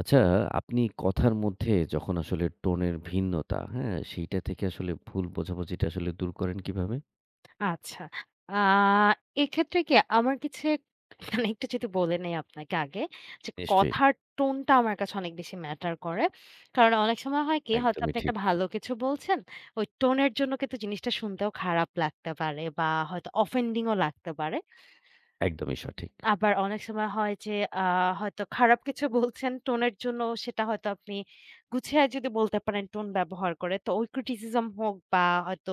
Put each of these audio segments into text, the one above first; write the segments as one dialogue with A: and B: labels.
A: আচ্ছা, আপনি কথার মধ্যে যখন আসলে টোনের ভিন্নতা, হ্যাঁ? সেইটা থেকে আসলে ভুল বোঝাবুঝিটা আসলে দূর করেন কিভাবে?
B: আচ্ছা। আ এক্ষেত্রে কি আমার কিছু মানে একটু যদি বলে নেই আপনাকে আগে যে
A: নিশ্চয়ই।
B: কথার টোনটা আমার কাছে অনেক বেশি ম্যাটার করে। কারণ অনেক সময় হয় কি হয়তো
A: একদমই
B: আপনি
A: ঠিক।
B: একটা ভালো কিছু বলছেন, ওই টোনের জন্য কিন্তু জিনিসটা শুনতেও খারাপ লাগতে পারে বা হয়তো অফেন্ডিং ও লাগতে পারে।
A: একদমই সঠিক।
B: আবার অনেক সময় হয় যে আ হয়তো খারাপ কিছু বলছেন টোনের জন্য সেটা হয়তো আপনি গুছিয়ে যদি বলতে পারেন টোন ব্যবহার করে তো ওই ক্রিটিসিজম হোক বা হয়তো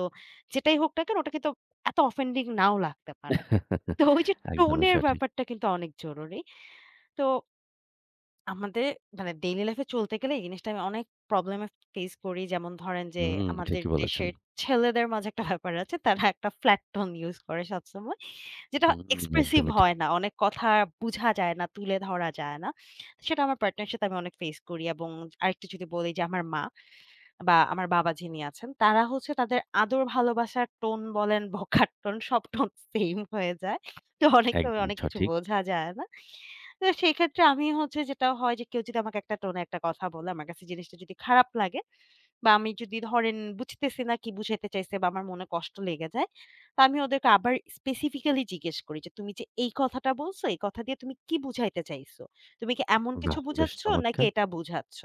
B: যেটাই হোক না কেন ওটা কিন্তু এত অফেন্ডিং নাও লাগতে পারে। তো ওই যে
A: একদমই
B: টোনের
A: সঠিক।
B: ব্যাপারটা কিন্তু অনেক জরুরি। তো আমাদের মানে ডেইলি লাইফ এ চলতে গেলে এই জিনিসটা আমি অনেক প্রবলেম এ ফেস করি। যেমন ধরেন যে
A: হুম,
B: আমাদের
A: ঠিকই বলেছেন।
B: দেশের ছেলেদের মাঝে একটা ব্যাপার আছে। তারা একটা ফ্ল্যাট টোন ইউস করে সবসময়। যেটা
A: হুম,
B: এক্সপ্রেসিভ
A: একদমই ঠিক।
B: হয় না। অনেক কথা বুঝা যায় না, তুলে ধরা যায় না। সেটা আমার পার্টনারের সাথে আমি অনেক ফেস করি এবং আরেকটু যদি বলি যে আমার মা। বা আমার বাবা যিনি আছেন, তারা হচ্ছে তাদের আদর ভালোবাসার টোন বলেন, বকার টোন সব টোন সেম হয়ে যায়। তো অনেক সময়
A: একদমই
B: অনেক কিছু
A: সঠিক।
B: বোঝা যায় না। তো সেক্ষেত্রে আমি হচ্ছে যেটা হয় যে কেউ যদি আমাকে একটা টোনে একটা কথা বলে, আমার কাছে জিনিসটা যদি খারাপ লাগে বা আমি যদি ধরেন বুঝতেছি না কি বুঝাইতে চাইছে বা আমার মনে কষ্ট লেগে যায়। তো আমি ওদেরকে আবার স্পেসিফিক্যালি জিজ্ঞেস করি যে, "তুমি যে এই কথাটা বলছো, এই কথা দিয়ে তুমি কি বুঝাইতে চাইছো? তুমি কি এমন কিছু
A: বাহ! বেশ
B: বুঝাচ্ছ নাকি
A: চমৎকার।
B: এটা বুঝাচ্ছ?"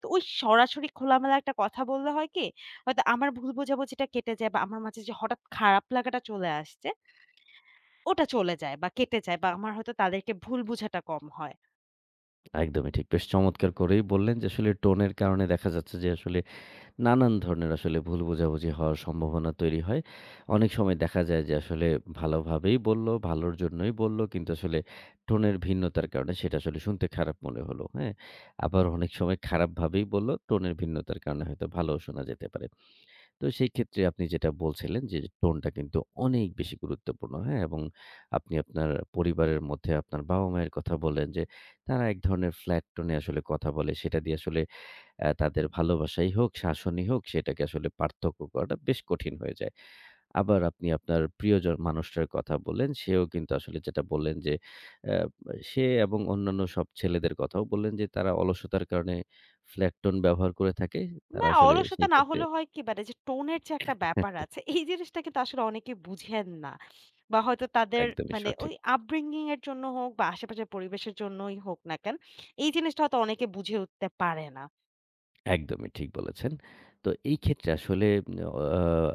B: তো ওই সরাসরি খোলামেলা একটা কথা বললে হয় কি? হয়তো আমার ভুল বোঝাবুঝিটা কেটে যায় বা আমার মাঝে যে হঠাৎ খারাপ লাগাটা চলে আসছে, ওটা চলে যায় বা কেটে যায় বা আমার হয়তো তাদেরকে ভুল বোঝাটা কম হয়।
A: একদমই ঠিক। বেশ চমৎকার করেই বললেন যে আসলে টোনের কারণে দেখা যাচ্ছে যে আসলে নানান ধরনের আসলে ভুল বোঝাবুঝি হওয়ার সম্ভাবনা তৈরি হয়। অনেক সময় দেখা যায় যে আসলে ভালোভাবেই বলল, ভালোর জন্যই বলল। কিন্তু আসলে টোনের ভিন্নতার কারণে সেটা আসলে শুনতে খারাপ মনে হলো। হ্যাঁ? আবার অনেক সময় খারাপভাবেই বলল, টোনের ভিন্নতার কারণে হয়তো ভালোও শোনা যেতে পারে। তো সেই ক্ষেত্রে আপনি যেটা বলছিলেন যে টোনটা কিন্তু অনেক বেশি গুরুত্বপূর্ণ। হ্যাঁ? এবং আপনি আপনার পরিবারের মধ্যে আপনার বাবা-মায়ের কথা বললেন যে তারা এক ধরনের ফ্ল্যাট টোন এ আসলে কথা বলে। সেটা দিয়ে আসলে তাদের ভালোবাসাই হোক, শাসনই হোক সেটাকে আসলে পার্থক্য করাটা বেশ কঠিন হয়ে যায়। আবার আপনি আপনার প্রিয়জন মানুষটার কথা বললেন, সেও কিন্তু আসলে যেটা বললেন যে অ্যা সে এবং অন্যান্য সব ছেলেদের কথাও বললেন যে তারা অলসতার কারণে ফ্ল্যাট টোন ব্যবহার করে থাকে।
B: না,
A: তারা আসলে
B: অলসতা
A: সেই
B: না
A: ক্ষেত্রে
B: হলে হয় কি মানে যে টোনের যে একটা ব্যাপার আছে, এই জিনিসটা কিন্তু আসলে অনেকে বুঝেন না। বা হয়তো তাদের
A: একদমই
B: মানে
A: সঠিক।
B: ওই upbringing এর জন্য হোক বা আশেপাশের পরিবেশের জন্যই হোক না কেন, এই জিনিসটা হয়তো অনেকে বুঝে উঠতে পারে না।
A: একদমই ঠিক বলেছেন। তো এই ক্ষেত্রে আসলে অ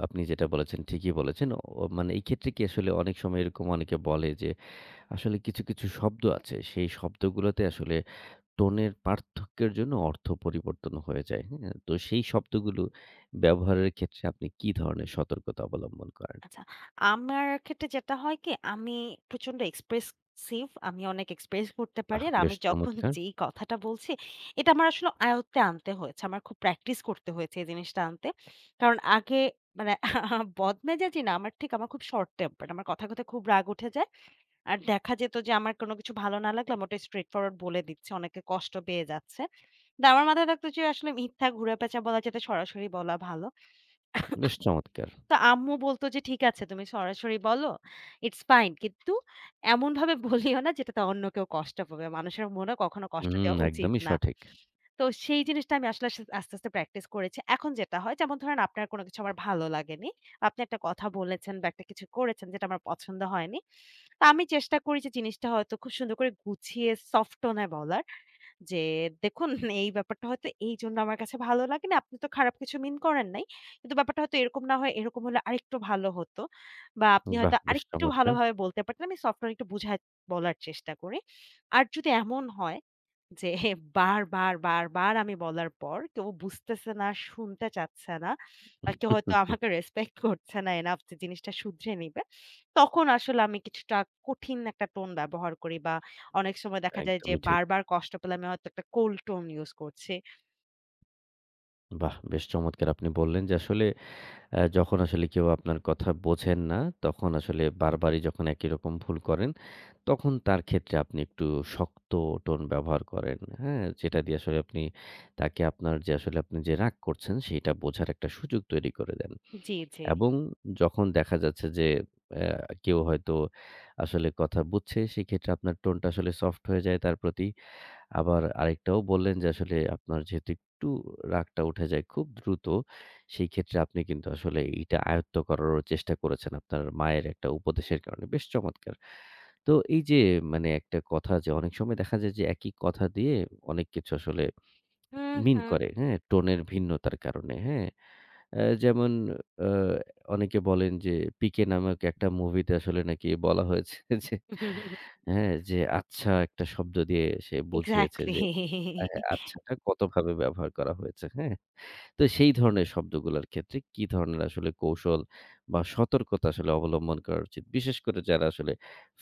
A: আপনি যেটা বলেছেন ঠিকই বলেছেন। মানে এই ক্ষেত্রে কি আসলে অনেক সময় এরকম অনেকে বলে যে আসলে কিছু, কিছু শব্দ আছে, সেই শব্দগুলোতে আসলে টোনের পার্থক্যের জন্য অর্থ পরিবর্তন হয়ে যায়। হ্যাঁ? তো সেই শব্দগুলো ব্যবহারের ক্ষেত্রে আপনি কি ধরনের সতর্কতা অবলম্বন করেন?
B: আচ্ছা, আমার ক্ষেত্রে যেটা হয় কি? আমি প্রচন্ড এক্সপ্রেসিভ। আমি অনেক এক্সপ্রেস করতে
A: বাহ!
B: পারি। আর
A: বেশ
B: আমি যখন
A: চমৎকার!
B: যেই কথাটা বলছি, এটা আমার আসলে আয়ত্তে আনতে হয়েছে। আমার খুব প্র্যাকটিস করতে হয়েছে এই জিনিসটা আনতে। কারণ আগে মানে বদমেজাজি না, আমার ঠিক আমার খুব শর্ট টেম্পারড। আমার কথায়, কথায় খুব রাগ উঠে যায়। আর দেখা যেত যে আমার কোনো কিছু ভালো না লাগলে আমি ওটা স্ট্রেইট ফরওয়ার্ড বলে দিচ্ছি। অনেকে কষ্ট পেয়ে যাচ্ছে। কিন্তু আমার মাথায় থাকতো যে আসলে মিথ্যা ঘুরে পেঁচা বলার চাইতে সরাসরি বলা ভালো।
A: বেশ চমৎকার!
B: তো আম্মু বলতো যে, "ঠিক আছে তুমি সরাসরি বলো। It's fine. কিন্তু এমনভাবে বলিও না যেটাতে অন্য কেউ কষ্ট পাবে। মানুষের মনে কখনো কষ্ট
A: হুম,
B: দেওয়া উচিত
A: একদমই
B: না।"
A: সঠিক।
B: তো সেই জিনিসটা আমি আসলে আস্তে, আস্তে প্র্যাকটিস করেছি। এখন যেটা হয় যেমন ধরেন আপনার কোনো কিছু আমার ভালো লাগেনি। আপনি একটা কথা বলেছেন বা একটা কিছু করেছেন যেটা আমার পছন্দ হয়নি। তো আমি চেষ্টা করি যে জিনিসটা হয়তো খুব সুন্দর করে গুছিয়ে সফট টোন এ বলার। যে, "দেখুন এই ব্যাপারটা হয়তো এইজন্য আমার কাছে ভালো লাগে না। আপনি তো খারাপ কিছু মিন করেন নাই। কিন্তু ব্যাপারটা হয়তো এরকম না হয় এরকম হলে আরেকটু ভালো হতো। বা আপনি
A: বাহ!
B: হয়তো
A: বেশ
B: আরেকটু
A: চমৎকার!
B: ভালোভাবে বলতে পারতেন।" আমি সফটওয়্যার একটু বুঝায় বলার চেষ্টা করি। আর যদি এমন হয় যে বারবার, বারবার আমি বলার পর কেউ বুঝতেছে না, শুনতে চাচ্ছে না। বা কেউ হয়তো আমাকে রেসপেক্ট করছে না এনাফ যে জিনিসটা শুধরে নিবে। তখন আসলে আমি কিছুটা কঠিন একটা টোন ব্যবহার করি বা অনেক সময় দেখা যায় যে
A: একদমই ঠিক।
B: বারবার কষ্ট পেলে আমি হয়তো একটা কোল্ড টোন ইউস করছি।
A: বাহ! বেশ চমৎকার! আপনি বললেন যে আসলে যখন আসলে কেউ আপনার কথা বোঝেন না, তখন আসলে বারবারই যখন একই রকম ভুল করেন তখন তার ক্ষেত্রে আপনি একটু শক্ত টোন ব্যবহার করেন। হ্যাঁ? যেটা দিয়ে আসলে আপনি তাকে আপনার যে আসলে আপনি যে রাগ করছেন সেইটা বোঝার একটা সুযোগ তৈরি করে দেন।
B: জি, জি।
A: এবং যখন দেখা যাচ্ছে যে কেউ হয়তো আসলে কথা বুঝছে সেক্ষেত্রে আপনার টোনটা আসলে সফট হয়ে যায় তার প্রতি। আবার আরেকটাও বললেন যে আসলে আপনার যেহেতু একটু রাগটা উঠে যায় খুব দ্রুত, সেই ক্ষেত্রে আপনি কিন্তু আসলে এইটা আয়ত্ত করারও চেষ্টা করেছেন আপনার মায়ের একটা উপদেশের কারণে। বেশ চমৎকার! তো এই যে মানে একটা কথা যে অনেক সময় দেখা যায় যে একই কথা দিয়ে অনেক কিছু আসলে
B: হুম,
A: মিন
B: হুম।
A: করে, হ্যাঁ? টোনের ভিন্নতার কারণে, হ্যাঁ? যেমন আ অনেকে বলেন যে 'পিকে' নামক একটা মুভিতে আসলে নাকি বলা হয়েছে যে হ্যাঁ, যে আচ্ছা একটা শব্দ দিয়ে সে বুঝিয়েছে
B: এক্সাক্টলি।
A: যে হ্যাঁ, হ্যাঁ, আচ্ছাটা কতভাবে ব্যবহার করা হয়েছে, হ্যাঁ? তো সেই ধরনের শব্দগুলার ক্ষেত্রে কি ধরনের আসলে কৌশল বা সতর্কতা আসলে অবলম্বন করা উচিত? বিশেষ করে যারা আসলে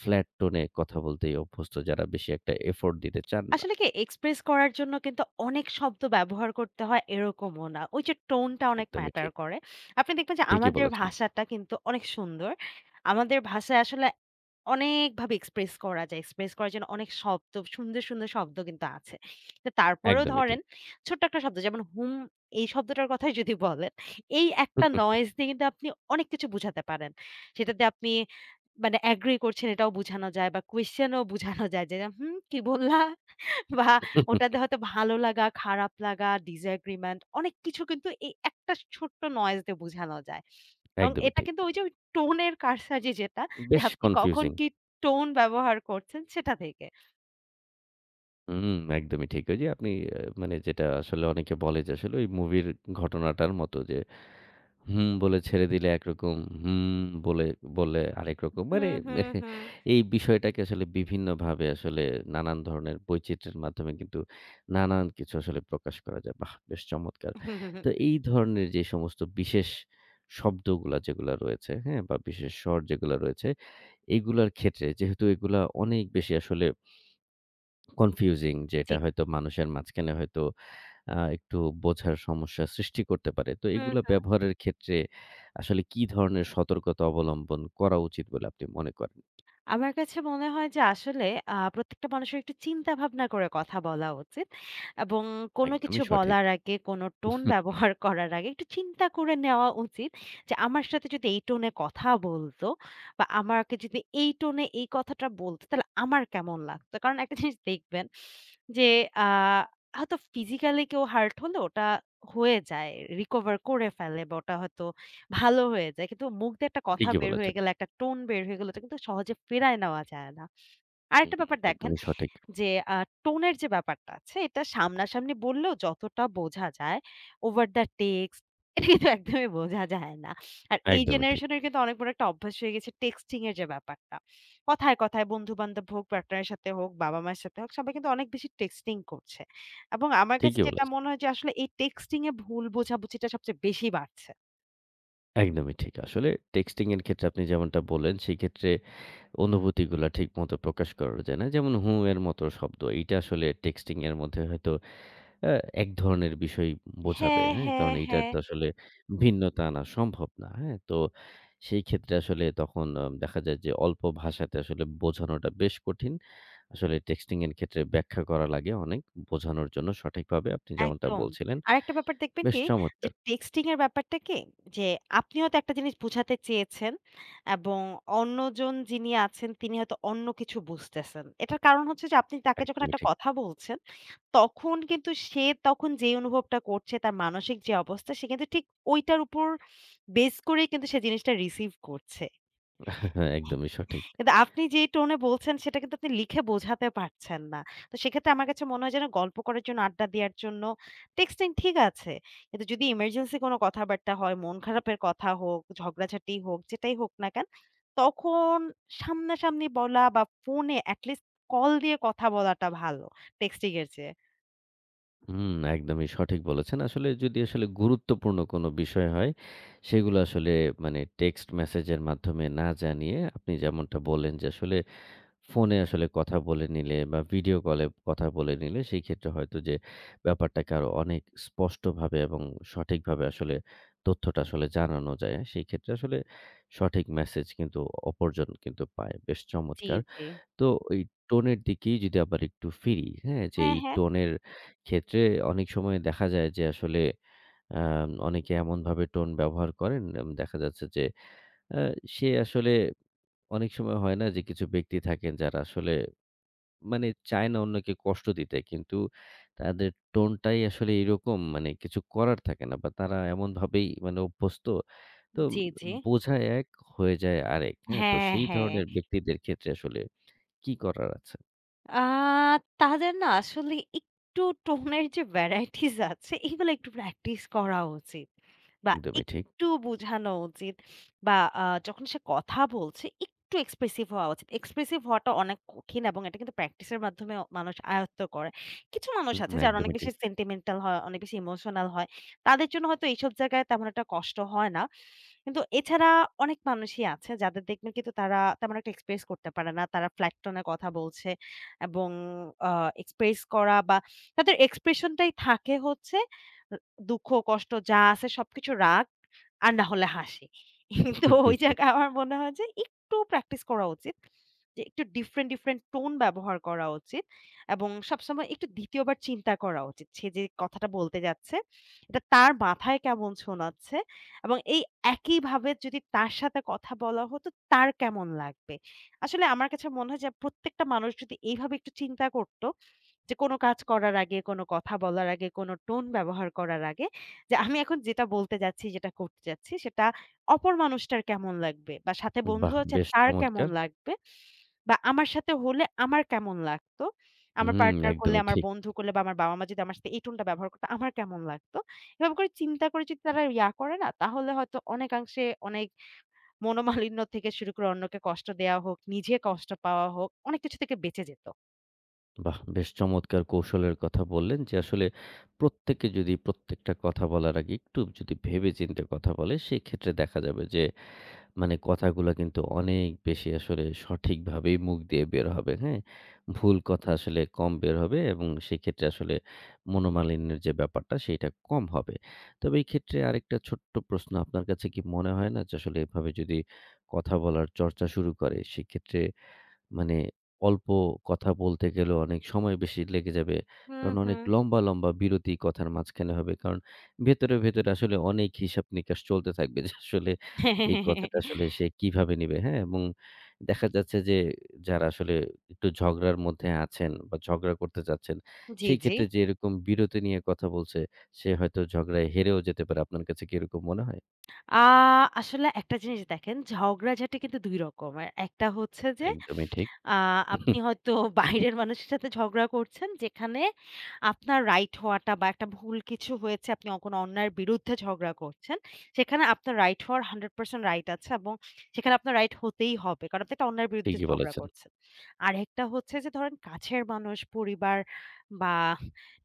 A: ফ্ল্যাট টোন-এ কথা বলতেই অভ্যস্ত, যারা বেশি একটা এফোর্ট দিতে চান না।
B: আসলে কি এক্সপ্রেস করার জন্য কিন্তু অনেক শব্দ ব্যবহার করতে হয় এরকমও না। ওই যে টোনটা অনেক
A: একদমই
B: ম্যাটার
A: ঠিক।
B: করে। আপনি দেখবেন যে
A: ঠিকই
B: আমাদের
A: বলেছেন।
B: ভাষাটা কিন্তু অনেক সুন্দর। আমাদের ভাষায় আসলে অনেকভাবে এক্সপ্রেস করা যায়। এক্সপ্রেস করার জন্য অনেক শব্দ, সুন্দর, সুন্দর শব্দ কিন্তু আছে। তো তারপরেও
A: একদমই ঠিক।
B: ধরেন ছোট্ট একটা শব্দ যেমন হুম এই শব্দটার কথাই যদি বলেন, এই একটা নয়েজ দিয়ে কিন্তু আপনি অনেক কিছু বুঝাতে পারেন। সেটাতে আপনি মানে এগ্রি করছেন এটাও বুঝানো যায় বা কোয়েশশান ও বুঝানো যায় যে, "হুম, কি বললা?" বা ওটাতে হয়তো ভালো লাগা, খারাপ লাগা, disagreement অনেক কিছু কিন্তু এই একটা ছোট্ট নয়েজ দিয়ে বোঝানো যায়। এবং
A: একদমই
B: এটা
A: ঠিক।
B: কিন্তু ওই যে ওই টোনের কারসাজি যেটা, যে
A: বেশ
B: আপনি কখন
A: কনফিউজিং।
B: কি টোন ব্যবহার করছেন সেটা থেকে।
A: হুম, একদমই ঠিক। ওই যে আপনি মানে যেটা আসলে অনেকে বলে যে আসলে ওই মুভির ঘটনাটার মতো যে হুম বলে ছেড়ে দিলে একরকম, হুম বলে বললে আরেক রকম। মানে
B: হুম, হুম, হুম।
A: এই বিষয়টাকে আসলে বিভিন্নভাবে আসলে নানান ধরনের বৈচিত্র্যের মাধ্যমে কিন্তু নানান কিছু আসলে প্রকাশ করা যায়। বাহ! বেশ চমৎকার।
B: হুম হুম হুম,
A: তো এই ধরনের যে সমস্ত বিশেষ শব্দগুলা যেগুলা রয়েছে, হ্যাঁ? বা বিশেষ স্বর যেগুলা রয়েছে, এগুলার ক্ষেত্রে যেহেতু এগুলা অনেক বেশি আসলে কনফিউজিং যে
B: জি।
A: এটা হয়তো মানুষের মাঝখানে হয়তো একটু বোঝার সমস্যা সৃষ্টি করতে পারে। তো এগুলা ব্যবহারের ক্ষেত্রে আসলে কি ধরনের সতর্কতা অবলম্বন করা উচিত বলে আপনি মনে করেন?
B: আমার কাছে মনে হয় যে আসলে প্রত্যেকটা মানুষের একটু চিন্তা ভাবনা করে কথা বলা উচিত। এবং কোনো
A: একদমই
B: কিছু
A: সঠিক।
B: বলার আগে, কোনো টোন
A: হুম,
B: ব্যবহার করার আগে একটু চিন্তা করে নেওয়া উচিত যে, "আমার সাথে যদি এই টোনে কথা বলতো বা আমাকে যদি এই টোনে এই কথাটা বলতো, তাহলে আমার কেমন লাগতো?" কারণ একটা জিনিস দেখবেন যে আ হয়তো ফিজিক্যালি কেউ হার্ট হলে ওটা হয়ে যায়, রিকভার করে ফেলে বা ওটা হয়তো ভালো হয়ে যায়। কিন্তু মুখ দিয়ে একটা কথা
A: ঠিকই
B: বের হয়ে
A: বলেছেন।
B: গেলে, একটা টোন বের হয়ে গেলে, ওটা কিন্তু সহজে ফেরায় নেওয়া যায় না। আরেকটা
A: হুম,
B: ব্যাপার দেখেন
A: একদমই সঠিক।
B: যে আ টোনের যে ব্যাপারটা আছে, এটা সামনাসামনি বললেও যতটা বোঝা যায়, ওভার দ্য টেক্সট এটা কিন্তু একদমই বোঝা যায় না। আর এই
A: একদমই ঠিক।
B: জেনারেশনের কিন্তু অনেক বড় একটা অভ্যাস হয়ে গেছে টেক্সটিং এর যে ব্যাপারটা। কথায়, কথায় বন্ধু-বান্ধব হোক, পার্টনারের সাথে হোক, বাবা-মায়ের সাথে হোক, সবাই কিন্তু অনেক বেশি টেক্সটিং করছে। এবং আমার কাছে
A: ঠিকই
B: যেটা
A: বলেছেন।
B: মনে হয় যে আসলে এই টেক্সটিং এ ভুল বোঝাবুঝিটা সবচেয়ে বেশি বাড়ছে।
A: একদমই ঠিক। আসলে টেক্সটিং এর ক্ষেত্রে আপনি যেমনটা বললেন, সেক্ষেত্রে অনুভূতিগুলা ঠিকমতো প্রকাশ করা যায় না। যেমন 'হুঁ' এর মতো শব্দ। এইটা আসলে টেক্সটিং এর মধ্যে হয়তো অ্যা এক ধরনের বিষয় বোঝাবে,
B: হ্যাঁ,
A: হ্যাঁ?
B: হ্যাঁ,
A: কারণ এইটার
B: হ্যাঁ,
A: তো আসলে ভিন্নতা আনা সম্ভব না, হ্যাঁ? তো সেই ক্ষেত্রে আসলে তখন দেখা যায় যে অল্প ভাষাতে আসলে বোঝানোটা বেশ কঠিন। আসলে টেক্সটিং এর ক্ষেত্রে ব্যাখ্যা করা লাগে অনেক বোঝানোর জন্য সঠিকভাবে আপনি যেমনটা
B: একদম।
A: বলছিলেন।
B: আরেকটা ব্যাপার দেখবেন
A: বেশ
B: কি যে
A: চমৎকার!
B: টেক্সটিং এর ব্যাপারটা কি যে আপনি হয়তো একটা জিনিস বুঝাতে চেয়েছেন এবং অন্যজন যিনি আছেন তিনি হয়তো অন্য কিছু বুঝতেছেন। এটার কারণ হচ্ছে যে আপনি তাকে যখন
A: একদমই
B: একটা
A: ঠিক।
B: কথা বলছেন তখন কিন্তু সে তখন যে অনুভবটা করছে তার মানসিক যে অবস্থা সে কিন্তু ঠিক ঐটার উপর বেস করেই কিন্তু সে জিনিসটা রিসিভ করছে।
A: একদমই সঠিক।
B: কিন্তু আপনি যেই টোনে বলছেন সেটা কিন্তু আপনি লিখে বোঝাতে পারছেন না। তো সেক্ষেত্রে আমার কাছে মনে হয় যেন গল্প করার জন্য, আড্ডা দেওয়ার জন্য টেক্সটিং ঠিক আছে। কিন্তু যদি ইমার্জেন্সি কোনো কথাবার্তা হয়, মন খারাপের কথা হোক, ঝগড়াঝাটি হোক, যেটাই হোক না কেন, তখন সামনাসামনি বলা বা ফোনে এটলিস্ট কল দিয়ে কথা বলাটা ভালো টেক্সটিং এর চেয়ে।
A: হুম, একদমই সঠিক বলেছেন। আসলে যদি আসলে গুরুত্বপূর্ণ কোনো বিষয় হয়, সেগুলো আসলে মানে টেক্সট মেসেজের মাধ্যমে না জানিয়ে আপনি যেমনটা বললেন যে আসলে ফোনে আসলে কথা বলে নিলে বা ভিডিও কলে কথা বলে নিলে সেই ক্ষেত্রে হয়তো যে ব্যাপারটাকে আরো অনেক স্পষ্টভাবে এবং সঠিকভাবে আসলে তথ্যটা আসলে জানানো যায়। সেই ক্ষেত্রে আসলে সঠিক মেসেজ কিন্তু অপরজন কিন্তু পায়। বেশ
B: জি,
A: চমৎকার!
B: জি।
A: তো এই টোনের দিকেই যদি আবার একটু ফিরি, হ্যাঁ? যে
B: হ্যাঁ,
A: এই
B: হ্যাঁ।
A: টোনের ক্ষেত্রে অনেক সময় দেখা যায় যে আসলে আ অনেকে এমনভাবে টোন ব্যবহার করেন দেখা যাচ্ছে যে আ সে আসলে অনেক সময় হয় না যে কিছু ব্যক্তি থাকেন যারা আসলে মানে চায় না অন্যকে কষ্ট দিতে। কিন্তু তাদের টোনটাই আসলে এরকম মানে কিছু করার থাকে না বা তারা এমনভাবেই মানে অভ্যস্ত। তো
B: জি, জি।
A: বোঝা এক, হয়ে যায় আরেক। হ্যাঁ? তো
B: হ্যাঁ,
A: সেই
B: হ্যাঁ।
A: ধরনের ব্যক্তিদের ক্ষেত্রে আসলে কি করার আছে?
B: আ তাদের না আসলে একটু টোনের যে ভ্যারাইটিস আছে, এগুলো একটু প্র্যাকটিস করা উচিত। বা
A: একদমই ঠিক।
B: একটু বোঝানো উচিত বা যখন সে কথা বলছে, একটু এক্সপ্রেসিভ হওয়া উচিত। এক্সপ্রেসিভ হওয়াটা অনেক কঠিন এবং এটা কিন্তু প্র্যাকটিসের মাধ্যমে মানুষ আয়ত্ত করে। কিছু মানুষ
A: হুম,
B: আছে যারা অনেক
A: একদমই
B: বেশি
A: ঠিক।
B: সেন্টিমেন্টাল হয়, অনেক বেশি ইমোশনাল হয়। তাদের জন্য হয়তো এইসব জায়গায় তেমন একটা কষ্ট হয় না। কিন্তু এছাড়া অনেক মানুষই আছে যাদের দেখবেন কিন্তু তারা তেমন একটা এক্সপ্রেস করতে পারে না। তারা ফ্ল্যাট টোন এ কথা বলছে। এবং আ এক্সপ্রেস করা বা তাদের এক্সপ্রেশন টাই থাকে হচ্ছে অ দুঃখ, কষ্ট যা আছে সবকিছু রাগ আর না হলে হাসি। তো ওই জায়গায় আমার মনে হয় যে একটু প্র্যাকটিস করা উচিত। যে একটু ডিফারেন্ট, ডিফারেন্ট টোন ব্যবহার করা উচিত এবং সবসময় একটু ২য় বার চিন্তা করা উচিত। সে যে কথাটা বলতে যাচ্ছে, এটা তার মাথায় কেমন শোনাচ্ছে এবং এই একইভাবে যদি তার সাথে কথা বলা হতো তার কেমন লাগবে? আসলে আমার কাছে মনে হয় যে প্রত্যেকটা মানুষ যদি এইভাবে একটু চিন্তা করত যে কোনো কাজ করার আগে, কোনো কথা বলার আগে, কোনো টোন ব্যবহার করার আগে যে আমি এখন যেটা বলতে যাচ্ছি, যেটা করতে যাচ্ছি সেটা অপর মানুষটার কেমন লাগবে বা সাথে বন্ধু
A: বাহ!
B: আছে
A: বেশ
B: তার কেমন
A: চমৎকার।
B: লাগবে বা আমার সাথে হলে আমার কেমন লাগতো। আমার
A: হুম,
B: পার্টনার করলে,
A: একদমই
B: আমার
A: ঠিক।
B: বন্ধু করলে বা আমার বাবা-মা যদি আমার সাথে এই টোনটা ব্যবহার করতো আমার কেমন লাগতো। এভাবে করে চিন্তা করে যদি তারা ইয়া করে না তাহলে হয়তো অনেকাংশে অনেক মনোমালিন্য থেকে শুরু করে অন্যকে কষ্ট দেয়া হোক, নিজে কষ্ট পাওয়া হোক, অনেক কিছু থেকে বেঁচে যেত।
A: বাহ! বেশ চমৎকার কৌশলের কথা বললেন যে আসলে প্রত্যেকে যদি প্রত্যেকটা কথা বলার আগে একটু যদি ভেবে চিন্তে কথা বলে, সেক্ষেত্রে দেখা যাবে যে মানে কথাগুলা কিন্তু অনেক বেশি আসলে সঠিকভাবেই মুখ দিয়ে বের হবে, হ্যাঁ? ভুল কথা আসলে কম বের হবে এবং সেক্ষেত্রে আসলে মনোমালিন্যের যে ব্যাপারটা সেইটা কম হবে। তবে এই ক্ষেত্রে আরেকটা ছোট্ট প্রশ্ন, আপনার কাছে কি মনে হয় না যে আসলে এভাবে যদি কথা বলার চর্চা শুরু করে সেক্ষেত্রে মানে অল্প কথা বলতে গেলেও অনেক সময় বেশি লেগে যাবে।
B: হুম,
A: কারণ অনেক
B: হুম।
A: লম্বা, লম্বা বিরতি কথার মাঝখানে হবে। কারণ ভেতরে, ভেতরে আসলে অনেক হিসাব-নিকাশ চলতে থাকবে যে আসলে এই কথাটা আসলে সে কিভাবে নিবে, হ্যাঁ? এবং দেখা যাচ্ছে যে যারা আসলে একটু ঝগড়ার মধ্যে আছেন বা ঝগড়া করতে চাচ্ছেন,
B: জি,
A: সেই
B: জি।
A: ক্ষেত্রে যে এরকম বিরতি নিয়ে কথা বলছে, সে হয়তো ঝগড়ায় হেরেও যেতে পারে। আপনার কাছে কি এরকম মনে হয়?
B: আ আসলে একটা জিনিস দেখেন ঝগড়াঝাটি কিন্তু ২ রকমের। একটা হচ্ছে যে
A: একদমই ঠিক।
B: আ আপনি হয়তো বাইরের মানুষের সাথে ঝগড়া করছেন, যেখানে আপনার রাইট হওয়াটা বা একটা ভুল কিছু হয়েছে, আপনি কোনো অন্যায়ের বিরুদ্ধে ঝগড়া করছেন। সেখানে আপনার রাইট হওয়ার 100% রাইট আছে এবং সেখানে আপনার রাইট হতেই হবে। কারণ আপনি একটা অন্যায়ের বিরুদ্ধে
A: ঠিকই
B: ঝগড়া
A: বলেছেন।
B: করছেন। আরেকটা হচ্ছে যে ধরেন কাছের মানুষ, পরিবার বা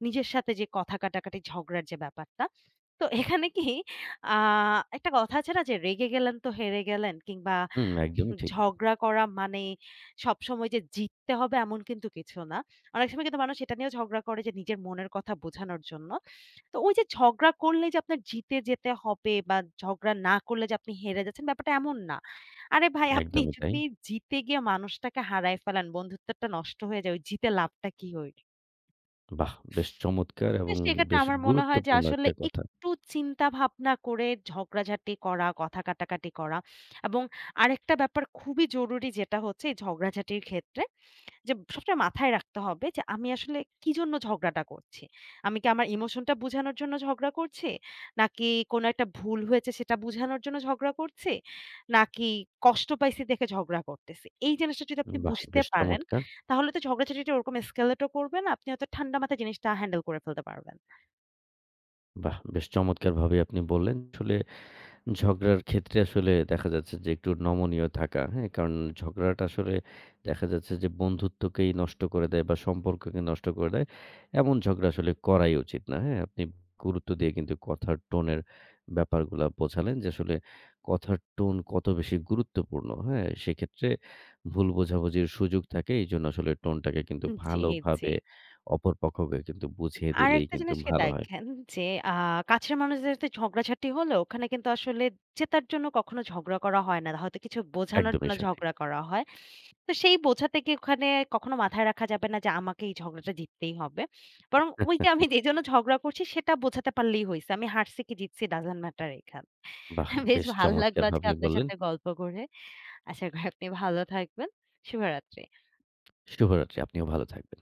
B: নিজের সাথে যে কথা কাটাকাটি ঝগড়ার যে ব্যাপারটা। তো এখানে কি আ একটা কথা আছে না যে রেগে গেলেন তো হেরে গেলেন কিংবা
A: হুম, একদমই ঠিক।
B: ঝগড়া করা মানে সবসময় যে জিততে হবে এমন কিন্তু কিছু না। অনেক সময় কিন্তু মানুষ এটা নিয়েও ঝগড়া করে যে নিজের মনের কথা বোঝানোর জন্য। তো ওই যে ঝগড়া করলে যে আপনার জিতে যেতে হবে বা ঝগড়া না করলে যে আপনি হেরে যাচ্ছেন ব্যাপারটা এমন না। আরে ভাই আপনি
A: একদমই তাই।
B: যদি জিতে গিয়ে মানুষটাকে হারায় ফেলান, বন্ধুত্বটা নষ্ট হয়ে যায়, ওই জিতে লাভটা কি হইল?
A: বাহ! বেশ চমৎকার
B: তো
A: এবং
B: সেক্ষেত্রে
A: বেশ
B: আমার মনে হয় যে
A: গুরুত্বপূর্ণ
B: আসলে
A: একটা কথা।
B: একটু চিন্তা ভাবনা করে ঝগড়াঝাটি করা, কথা কাটাকাটি করা এবং আরেকটা ব্যাপার খুবই জরুরি যেটা হচ্ছে এই ঝগড়াঝাটির ক্ষেত্রে যে সবসময় মাথায় রাখতে হবে যে আমি আসলে কি জন্য ঝগড়াটা করছি। আমি কি আমার ইমোশনটা বুঝানোর জন্য ঝগড়া করছি? নাকি কোনো একটা ভুল হয়েছে সেটা বুঝানোর জন্য ঝগড়া করছি? নাকি কষ্ট পাইছি দেখে ঝগড়া করতেছি? এই জিনিসটা যদি আপনি
A: বাহ!
B: বুঝতে
A: বেশ
B: পারেন
A: চমৎকার!
B: তাহলে তো ঝগড়াঝাটিটা ওরকম এসকেলেট ও করবে না। আপনি হয়তো ঠান্ডা মাথায় জিনিসটা হ্যান্ডেল করে ফেলতে পারবেন।
A: বাহ! বেশ চমৎকারভাবে আপনি বললেন। আসলে ঝগড়ার ক্ষেত্রে আসলে দেখা যাচ্ছে যে একটু নমনীয় থাকা, হ্যাঁ? কারণ ঝগড়াটা আসলে দেখা যাচ্ছে যে বন্ধুত্বকেই নষ্ট করে দেয় বা সম্পর্ককে নষ্ট করে দেয়। এমন ঝগড়া আসলে করাই উচিত না, হ্যাঁ? আপনি গুরুত্ব দিয়ে কিন্তু কথার টোনের ব্যাপারগুলা বোঝালেন যে আসলে কথার টোন কত বেশি গুরুত্বপূর্ণ, হ্যাঁ? সেক্ষেত্রে ভুল বোঝাবুঝির সুযোগ থাকে। এইজন্য আসলে টোনটাকে কিন্তু
B: জি, জি।
A: ভালোভাবে অপর পক্ষকে কিন্তু বুঝিয়ে দিলেই
B: আরেকটা
A: কিন্তু
B: জিনিস কি
A: ভালো হয়।
B: দেখেন যে আ কাছের মানুষদের সাথে ঝগড়াঝাটি হলো ওখানে কিন্তু আসলে জেতার জন্য কখনো ঝগড়া করা হয় না। হয়তো কিছু বোঝানোর
A: একদমই
B: জন্য
A: সঠিক।
B: ঝগড়া করা হয়। তো সেই বোঝাতে গিয়ে ওখানে কখনো মাথায় রাখা যাবে না যে আমাকে এই ঝগড়াটা জিততেই হবে। বরং ওই যে আমি যেজন্য ঝগড়া করছি সেটা বোঝাতে পারলেই হইছে। আমি হারছি কি জিতছি ডাজন্ট ম্যাটার এখানে।
A: বাহ!
B: বেশ
A: বেশ
B: ভাল লাগলো আজকে
A: চমৎকারভাবেই
B: আপনার
A: বললেন।
B: সাথে গল্প করে। আশা করি আপনি ভালো থাকবেন। শুভরাত্রি।
A: শুভরাত্রি। আপনিও ভালো থাকবেন।